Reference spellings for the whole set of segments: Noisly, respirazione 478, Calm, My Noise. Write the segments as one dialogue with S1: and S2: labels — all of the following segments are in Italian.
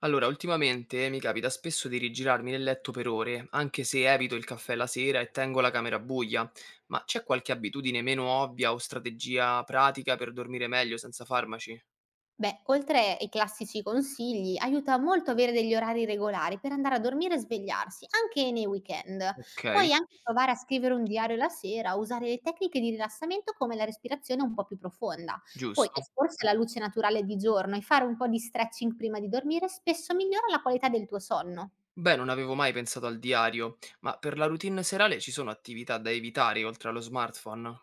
S1: Allora, ultimamente mi capita spesso di rigirarmi nel letto per ore, anche se evito il caffè la sera e tengo la camera buia, ma c'è qualche abitudine meno ovvia o strategia pratica per dormire meglio senza farmaci?
S2: Beh, oltre ai classici consigli, aiuta molto avere degli orari regolari per andare a dormire e svegliarsi, anche nei weekend.
S1: Ok,
S2: Puoi anche provare a scrivere un diario la sera, usare le tecniche di rilassamento come la respirazione un po' più profonda. Poi
S1: giusto.
S2: esporsi alla luce naturale di giorno e fare un po' di stretching prima di dormire spesso migliora la qualità del tuo sonno.
S1: Beh, non avevo mai pensato al diario, ma per la routine serale ci sono attività da evitare oltre allo smartphone?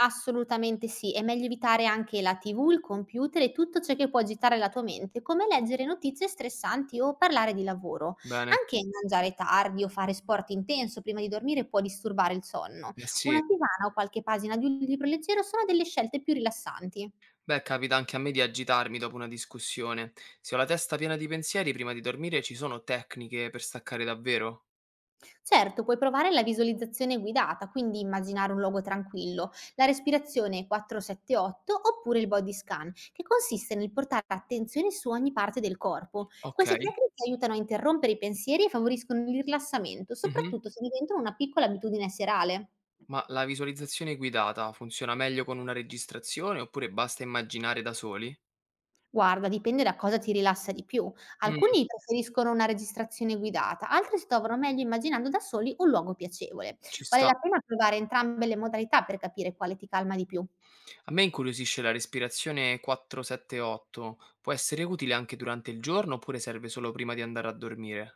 S2: Assolutamente sì, è meglio evitare anche la TV, il computer e tutto ciò che può agitare la tua mente, come leggere notizie stressanti o parlare di lavoro.
S1: Bene.
S2: Anche mangiare tardi o fare sport intenso prima di dormire può disturbare il sonno.
S1: Eh sì.
S2: Una tisana o qualche pagina di un libro leggero sono delle scelte più rilassanti.
S1: Beh, capita anche a me di agitarmi dopo una discussione. Se ho la testa piena di pensieri prima di dormire, ci sono tecniche per staccare davvero?
S2: Certo, puoi provare la visualizzazione guidata, quindi immaginare un luogo tranquillo, la respirazione 478 oppure il body scan, che consiste nel portare attenzione su ogni parte del corpo.
S1: Ok.
S2: Queste tecniche aiutano a interrompere i pensieri e favoriscono il rilassamento,
S1: Mhm.
S2: soprattutto se diventano una piccola abitudine serale.
S1: Ma la visualizzazione guidata funziona meglio con una registrazione oppure basta immaginare da soli?
S2: Guarda, dipende da cosa ti rilassa di più.
S1: Mm,
S2: Alcuni preferiscono una registrazione guidata, altri si trovano meglio immaginando da soli un luogo piacevole.
S1: ci
S2: Vale
S1: sta.
S2: la pena provare entrambe le modalità per capire quale ti calma di più.
S1: A me incuriosisce la respirazione 478. Può essere utile anche durante il giorno oppure serve solo prima di andare a dormire?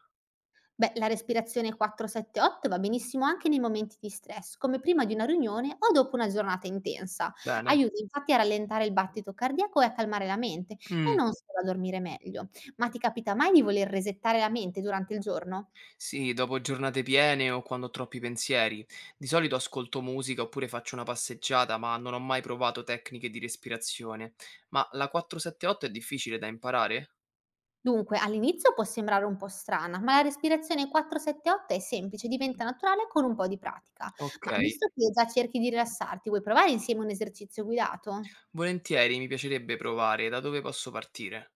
S2: Beh, la respirazione 478 va benissimo anche nei momenti di stress, come prima di una riunione o dopo una giornata intensa.
S1: Bene.
S2: Aiuta infatti a rallentare il battito cardiaco e a calmare la mente e
S1: Mm,
S2: non solo a dormire meglio. Ma ti capita mai di voler resettare la mente durante il giorno?
S1: sì, dopo giornate piene o quando ho troppi pensieri. Di solito ascolto musica oppure faccio una passeggiata, ma non ho mai provato tecniche di respirazione. Ma la 478 è difficile da imparare?
S2: Dunque, all'inizio può sembrare un po' strana, ma la respirazione 478 è semplice, diventa naturale con un po' di pratica.
S1: Ok.
S2: Ma visto che già cerchi di rilassarti, vuoi provare insieme un esercizio guidato?
S1: Volentieri, mi piacerebbe provare. Da dove posso partire?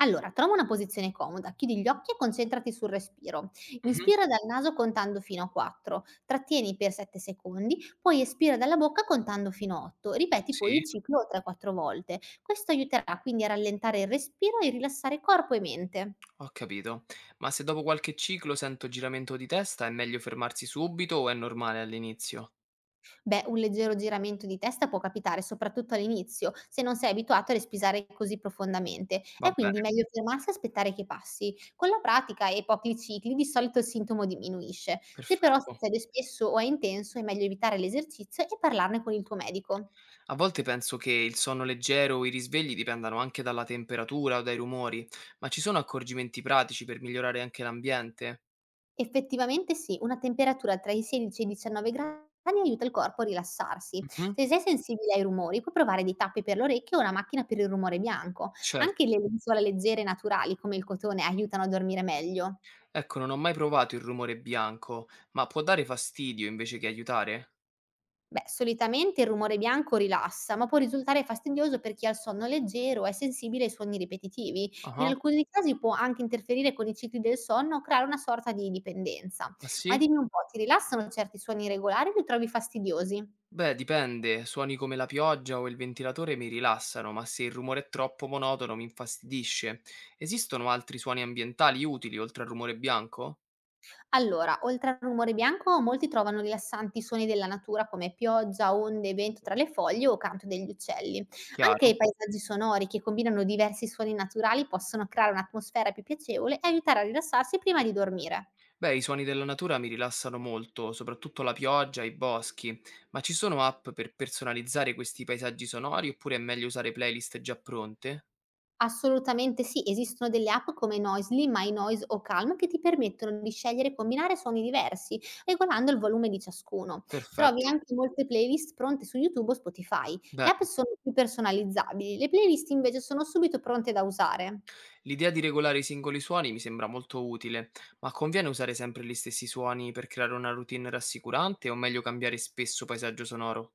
S2: Allora, trova una posizione comoda, chiudi gli occhi e concentrati sul respiro.
S1: Mh-mh.
S2: Inspira dal naso contando fino a 4, trattieni per 7 secondi, poi espira dalla bocca contando fino a 8. Ripeti poi
S1: Sì.
S2: il ciclo 3-4 volte. Questo aiuterà quindi a rallentare il respiro e rilassare corpo e mente.
S1: Ho capito. Ma se dopo qualche ciclo sento giramento di testa, è meglio fermarsi subito o è normale all'inizio?
S2: Beh, un leggero giramento di testa può capitare, soprattutto all'inizio, se non sei abituato a respirare così profondamente.
S1: Va
S2: È quindi
S1: bene,
S2: meglio fermarsi e aspettare che passi. Con la pratica e pochi cicli di solito il sintomo diminuisce. Se però
S1: perfetto.
S2: succede spesso o è intenso, è meglio evitare l'esercizio e parlarne con il tuo medico.
S1: A volte penso che il sonno leggero o i risvegli dipendano anche dalla temperatura o dai rumori, ma ci sono accorgimenti pratici per migliorare anche l'ambiente?
S2: Effettivamente sì, una temperatura tra i 16 e i 19 gradi aiuta il corpo a rilassarsi.
S1: Mh-mh.
S2: Se sei sensibile ai rumori, puoi provare dei tappi per le orecchie o una macchina per il rumore bianco.
S1: Certo.
S2: Anche le lenzuola leggere e naturali, come il cotone, aiutano a dormire meglio.
S1: Ecco, non ho mai provato il rumore bianco, ma può dare fastidio invece che aiutare?
S2: Beh, solitamente il rumore bianco rilassa, ma può risultare fastidioso per chi ha il sonno leggero o è sensibile ai suoni ripetitivi. In
S1: Ah-ah.
S2: alcuni casi può anche interferire con i cicli del sonno o creare una sorta di dipendenza.
S1: Ah ah
S2: Ma
S1: sì?
S2: dimmi un po', ti rilassano certi suoni irregolari o li trovi fastidiosi?
S1: Beh, dipende, suoni come la pioggia o il ventilatore mi rilassano, ma se il rumore è troppo monotono mi infastidisce. Esistono altri suoni ambientali utili oltre al rumore bianco?
S2: Allora, oltre al rumore bianco, molti trovano rilassanti suoni della natura come pioggia, onde, vento tra le foglie o canto degli uccelli. Anche
S1: Chiaro?
S2: i paesaggi sonori che combinano diversi suoni naturali possono creare un'atmosfera più piacevole e aiutare a rilassarsi prima di dormire.
S1: Beh, i suoni della natura mi rilassano molto, soprattutto la pioggia e i boschi, ma ci sono app per personalizzare questi paesaggi sonori oppure è meglio usare playlist già pronte?
S2: Assolutamente sì, esistono delle app come Noisly, My Noise o Calm che ti permettono di scegliere e combinare suoni diversi, regolando il volume di ciascuno. Trovi
S1: Perfetto.
S2: anche molte playlist pronte su YouTube o Spotify. Le app
S1: Bene.
S2: sono più personalizzabili, le playlist invece sono subito pronte da usare.
S1: L'idea di regolare i singoli suoni mi sembra molto utile, ma conviene usare sempre gli stessi suoni per creare una routine rassicurante o meglio cambiare spesso paesaggio sonoro?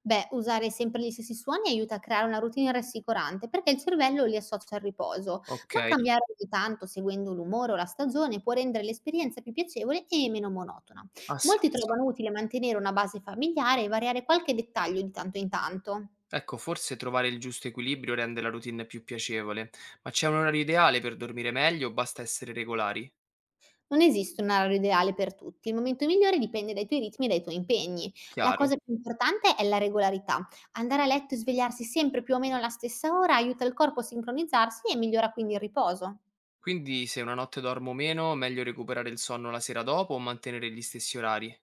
S2: Beh, usare sempre gli stessi suoni aiuta a creare una routine rassicurante perché il cervello li associa al riposo,
S1: Ok,
S2: ma cambiare ogni tanto seguendo l'umore o la stagione può rendere l'esperienza più piacevole e meno monotona.
S1: ha
S2: Molti
S1: senso.
S2: trovano utile mantenere una base familiare e variare qualche dettaglio di tanto in tanto.
S1: Ecco, forse trovare il giusto equilibrio rende la routine più piacevole, ma c'è un orario ideale per dormire meglio o basta essere regolari?
S2: Non esiste un orario ideale per tutti, il momento migliore dipende dai tuoi ritmi e dai tuoi impegni. La
S1: Chiaro.
S2: cosa più importante è la regolarità. Andare a letto e svegliarsi sempre più o meno alla stessa ora aiuta il corpo a sincronizzarsi e migliora quindi il riposo.
S1: Quindi se una notte dormo meno, meglio recuperare il sonno la sera dopo o mantenere gli stessi orari?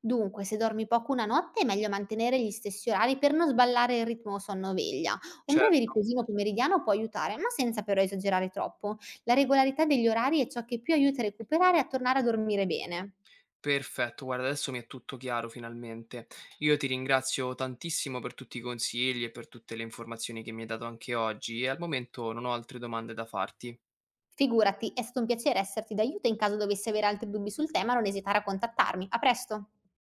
S2: Dunque, se dormi poco una notte è meglio mantenere gli stessi orari per non sballare il ritmo sonno-veglia. Un breve
S1: Certo.
S2: riposino pomeridiano può aiutare, ma senza però esagerare troppo. La regolarità degli orari è ciò che più aiuta a recuperare e a tornare a dormire bene.
S1: Perfetto, guarda, adesso mi è tutto chiaro finalmente. Io ti ringrazio tantissimo per tutti i consigli e per tutte le informazioni che mi hai dato anche oggi e al momento non ho altre domande da farti.
S2: Figurati, è stato un piacere esserti d'aiuto e in caso dovessi avere altri dubbi sul tema non esitare a contattarmi. A presto!